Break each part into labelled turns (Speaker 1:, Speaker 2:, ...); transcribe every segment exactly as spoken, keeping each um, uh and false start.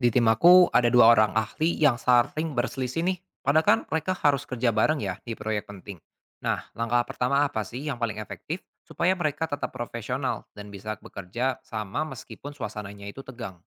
Speaker 1: Di tim aku ada dua orang ahli yang sering berselisih nih, padahal kan mereka harus kerja bareng ya di proyek penting. Nah, langkah pertama apa sih yang paling efektif supaya mereka tetap profesional dan bisa bekerja sama meskipun suasananya itu tegang?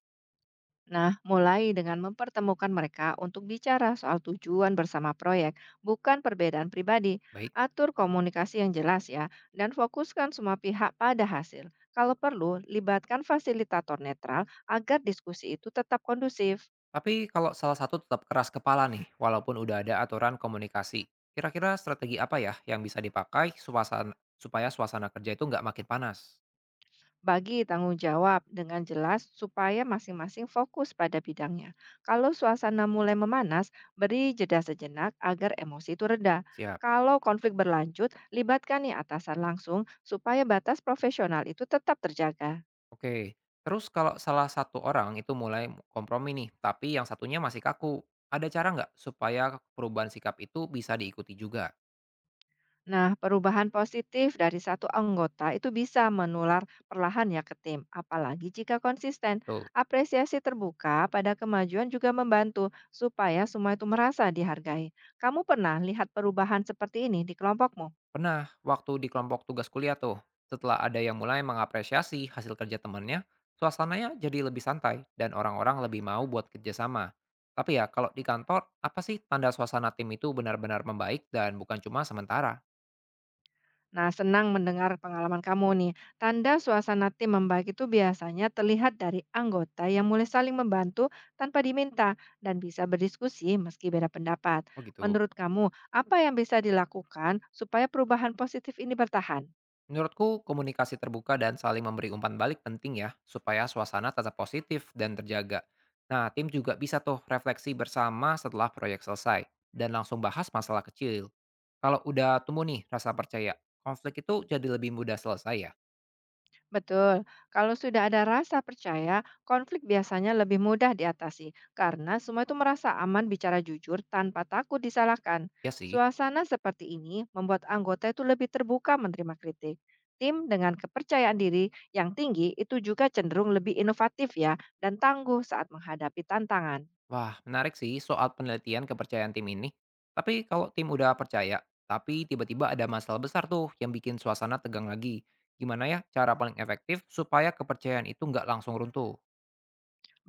Speaker 2: Nah, mulai dengan mempertemukan mereka untuk bicara soal tujuan bersama proyek, bukan perbedaan pribadi.
Speaker 1: Baik,
Speaker 2: Atur komunikasi yang jelas ya, dan fokuskan semua pihak pada hasil. Kalau perlu, libatkan fasilitator netral agar diskusi itu tetap kondusif.
Speaker 1: tapi kalau salah satu tetap keras kepala nih, walaupun udah ada aturan komunikasi, kira-kira strategi apa ya yang bisa dipakai suasana, supaya suasana kerja itu nggak makin panas?
Speaker 2: Bagi tanggung jawab dengan jelas supaya masing-masing fokus pada bidangnya. Kalau suasana mulai memanas, beri jeda sejenak agar emosi itu reda.
Speaker 1: Siap.
Speaker 2: Kalau konflik berlanjut, libatkan nih atasan langsung supaya batas profesional itu tetap terjaga.
Speaker 1: Oke, terus kalau salah satu orang itu mulai kompromi nih, tapi yang satunya masih kaku, ada cara nggak supaya perubahan sikap itu bisa diikuti juga?
Speaker 2: Nah, perubahan positif dari satu anggota itu bisa menular perlahan ya ke tim, apalagi jika konsisten.
Speaker 1: Tuh,
Speaker 2: Apresiasi terbuka pada kemajuan juga membantu supaya semua itu merasa dihargai. Kamu pernah lihat perubahan seperti ini di kelompokmu?
Speaker 1: pernah waktu di kelompok tugas kuliah tuh, setelah ada yang mulai mengapresiasi hasil kerja temennya, suasananya jadi lebih santai dan orang-orang lebih mau buat kerjasama. Tapi ya, kalau di kantor, apa sih tanda suasana tim itu benar-benar membaik dan bukan cuma sementara?
Speaker 2: Nah, senang mendengar pengalaman kamu nih. Tanda suasana tim membaik itu biasanya terlihat dari anggota yang mulai saling membantu tanpa diminta dan bisa berdiskusi meski beda pendapat.
Speaker 1: Oh gitu.
Speaker 2: Menurut kamu, apa yang bisa dilakukan supaya perubahan positif ini bertahan?
Speaker 1: Menurutku, komunikasi terbuka dan saling memberi umpan balik penting ya, supaya suasana tetap positif dan terjaga. Nah, tim juga bisa tuh refleksi bersama setelah proyek selesai, dan langsung bahas masalah kecil. Kalau udah tumbuh nih rasa percaya, konflik itu jadi lebih mudah selesai ya?
Speaker 2: Betul, kalau sudah ada rasa percaya, konflik biasanya lebih mudah diatasi karena semua itu merasa aman bicara jujur tanpa takut disalahkan.
Speaker 1: Ya sih.
Speaker 2: Suasana seperti ini membuat anggota itu lebih terbuka menerima kritik. Tim dengan kepercayaan diri yang tinggi itu juga cenderung lebih inovatif ya dan tangguh saat menghadapi tantangan.
Speaker 1: Wah, menarik sih soal penelitian kepercayaan tim ini. Tapi kalau tim udah percaya, tapi tiba-tiba ada masalah besar tuh yang bikin suasana tegang lagi. Gimana ya cara paling efektif supaya kepercayaan itu nggak langsung runtuh?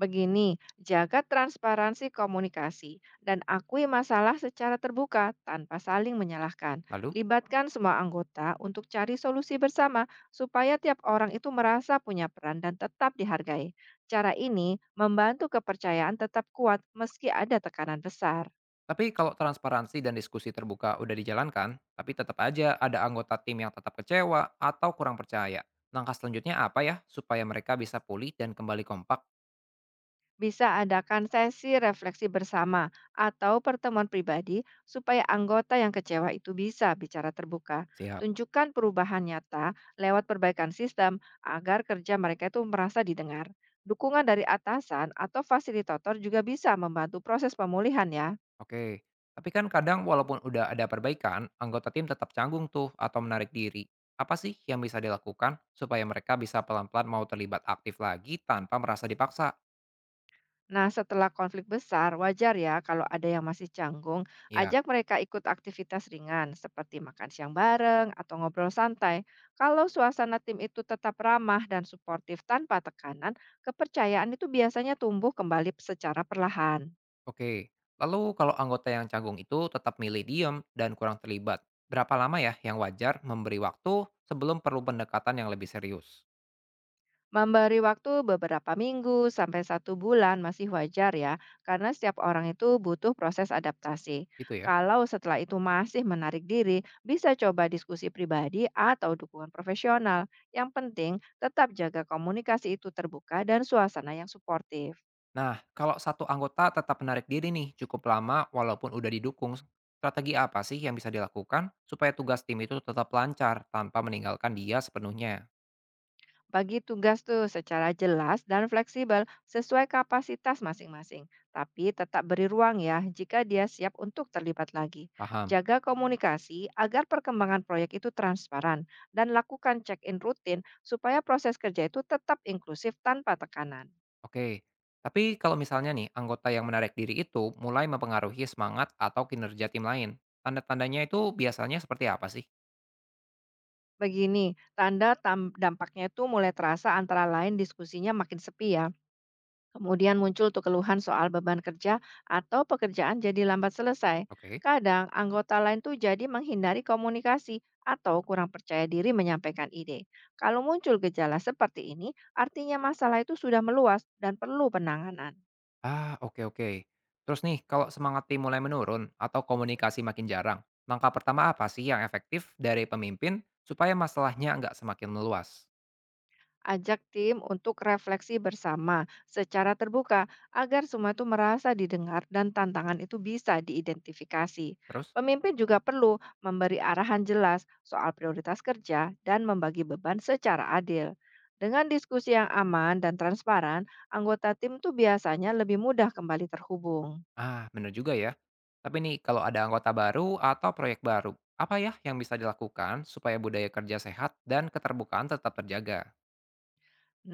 Speaker 2: Begini, jaga transparansi komunikasi dan akui masalah secara terbuka tanpa saling menyalahkan.
Speaker 1: Lalu?
Speaker 2: Libatkan semua anggota untuk cari solusi bersama supaya tiap orang itu merasa punya peran dan tetap dihargai. Cara ini membantu kepercayaan tetap kuat meski ada tekanan besar.
Speaker 1: Tapi kalau transparansi dan diskusi terbuka udah dijalankan, tapi tetap aja ada anggota tim yang tetap kecewa atau kurang percaya. Langkah selanjutnya apa ya supaya mereka bisa pulih dan kembali kompak?
Speaker 2: Bisa adakan sesi refleksi bersama atau pertemuan pribadi supaya anggota yang kecewa itu bisa bicara terbuka.
Speaker 1: Siap.
Speaker 2: Tunjukkan perubahan nyata lewat perbaikan sistem agar kerja mereka itu merasa didengar. Dukungan dari atasan atau fasilitator juga bisa membantu proses pemulihan ya.
Speaker 1: Oke, tapi kan kadang walaupun udah ada perbaikan, anggota tim tetap canggung tuh atau menarik diri. Apa sih yang bisa dilakukan supaya mereka bisa pelan-pelan mau terlibat aktif lagi tanpa merasa dipaksa?
Speaker 2: Nah, setelah konflik besar, wajar ya kalau ada yang masih canggung,
Speaker 1: Ya.
Speaker 2: ajak mereka ikut aktivitas ringan seperti makan siang bareng atau ngobrol santai. Kalau suasana tim itu tetap ramah dan suportif tanpa tekanan, kepercayaan itu biasanya tumbuh kembali secara perlahan.
Speaker 1: Oke, lalu kalau anggota yang canggung itu tetap milih diem dan kurang terlibat, berapa lama ya yang wajar memberi waktu sebelum perlu pendekatan yang lebih serius?
Speaker 2: Memberi waktu beberapa minggu sampai satu bulan masih wajar ya, karena setiap orang itu butuh proses adaptasi.
Speaker 1: Gitu ya.
Speaker 2: Kalau setelah itu masih menarik diri, bisa coba diskusi pribadi atau dukungan profesional. Yang penting, tetap jaga komunikasi itu terbuka dan suasana yang suportif.
Speaker 1: Nah, kalau satu anggota tetap menarik diri nih cukup lama walaupun udah didukung, strategi apa sih yang bisa dilakukan supaya tugas tim itu tetap lancar tanpa meninggalkan dia sepenuhnya?
Speaker 2: Bagi tugas tuh secara jelas dan fleksibel sesuai kapasitas masing-masing, tapi tetap beri ruang ya jika dia siap untuk terlibat lagi.
Speaker 1: Paham?
Speaker 2: Jaga komunikasi agar perkembangan proyek itu transparan dan lakukan check-in rutin supaya proses kerja itu tetap inklusif tanpa tekanan.
Speaker 1: Oke. Tapi kalau misalnya nih anggota yang menarik diri itu mulai mempengaruhi semangat atau kinerja tim lain, tanda-tandanya itu biasanya seperti apa sih?
Speaker 2: Begini, tanda tam- dampaknya itu mulai terasa antara lain diskusinya makin sepi ya. Kemudian muncul tuh keluhan soal beban kerja atau pekerjaan jadi lambat selesai.
Speaker 1: Oke.
Speaker 2: Kadang anggota lain tuh jadi menghindari komunikasi atau kurang percaya diri menyampaikan ide. Kalau muncul gejala seperti ini, artinya masalah itu sudah meluas dan perlu penanganan.
Speaker 1: Ah, oke oke. Terus nih, kalau semangat tim mulai menurun atau komunikasi makin jarang, langkah pertama apa sih yang efektif dari pemimpin supaya masalahnya nggak semakin meluas?
Speaker 2: Ajak tim untuk refleksi bersama secara terbuka agar semua itu merasa didengar dan tantangan itu bisa diidentifikasi.
Speaker 1: Terus,
Speaker 2: Pemimpin juga perlu memberi arahan jelas soal prioritas kerja dan membagi beban secara adil. Dengan diskusi yang aman dan transparan, anggota tim tuh biasanya lebih mudah kembali terhubung.
Speaker 1: ah bener juga ya. Tapi nih, kalau ada anggota baru atau proyek baru, apa ya yang bisa dilakukan supaya budaya kerja sehat dan keterbukaan tetap terjaga?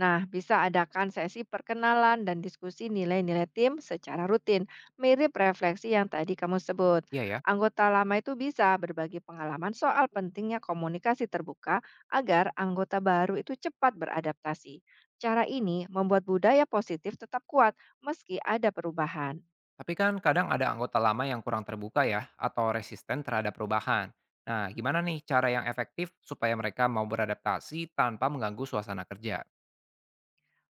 Speaker 2: Nah, bisa adakan sesi perkenalan dan diskusi nilai-nilai tim secara rutin, mirip refleksi yang tadi kamu sebut.
Speaker 1: Iya ya.
Speaker 2: Anggota lama itu bisa berbagi pengalaman soal pentingnya komunikasi terbuka agar anggota baru itu cepat beradaptasi. Cara ini membuat budaya positif tetap kuat meski ada perubahan.
Speaker 1: Tapi kan kadang ada anggota lama yang kurang terbuka ya, atau resisten terhadap perubahan. Nah, gimana nih cara yang efektif supaya mereka mau beradaptasi tanpa mengganggu suasana kerja?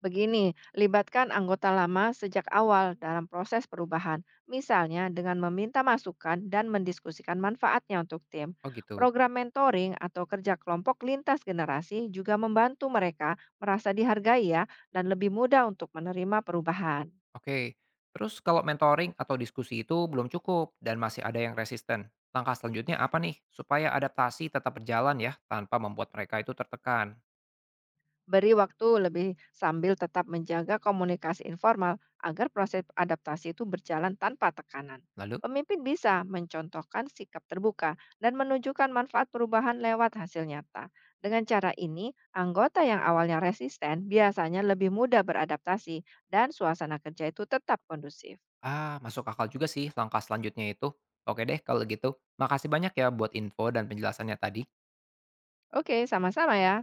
Speaker 2: Begini, libatkan anggota lama sejak awal dalam proses perubahan, misalnya dengan meminta masukan dan mendiskusikan manfaatnya untuk tim.
Speaker 1: Oh gitu.
Speaker 2: Program mentoring atau kerja kelompok lintas generasi juga membantu mereka merasa dihargai ya dan lebih mudah untuk menerima perubahan.
Speaker 1: Oke. Terus kalau mentoring atau diskusi itu belum cukup dan masih ada yang resisten, langkah selanjutnya apa nih supaya adaptasi tetap berjalan ya tanpa membuat mereka itu tertekan?
Speaker 2: Beri waktu lebih sambil tetap menjaga komunikasi informal agar proses adaptasi itu berjalan tanpa tekanan.
Speaker 1: Lalu,
Speaker 2: Pemimpin bisa mencontohkan sikap terbuka dan menunjukkan manfaat perubahan lewat hasil nyata. Dengan cara ini, anggota yang awalnya resisten biasanya lebih mudah beradaptasi dan suasana kerja itu tetap kondusif.
Speaker 1: ah masuk akal juga sih langkah selanjutnya itu. Oke deh kalau gitu. Makasih banyak ya buat info dan penjelasannya tadi.
Speaker 2: Oke, sama-sama ya.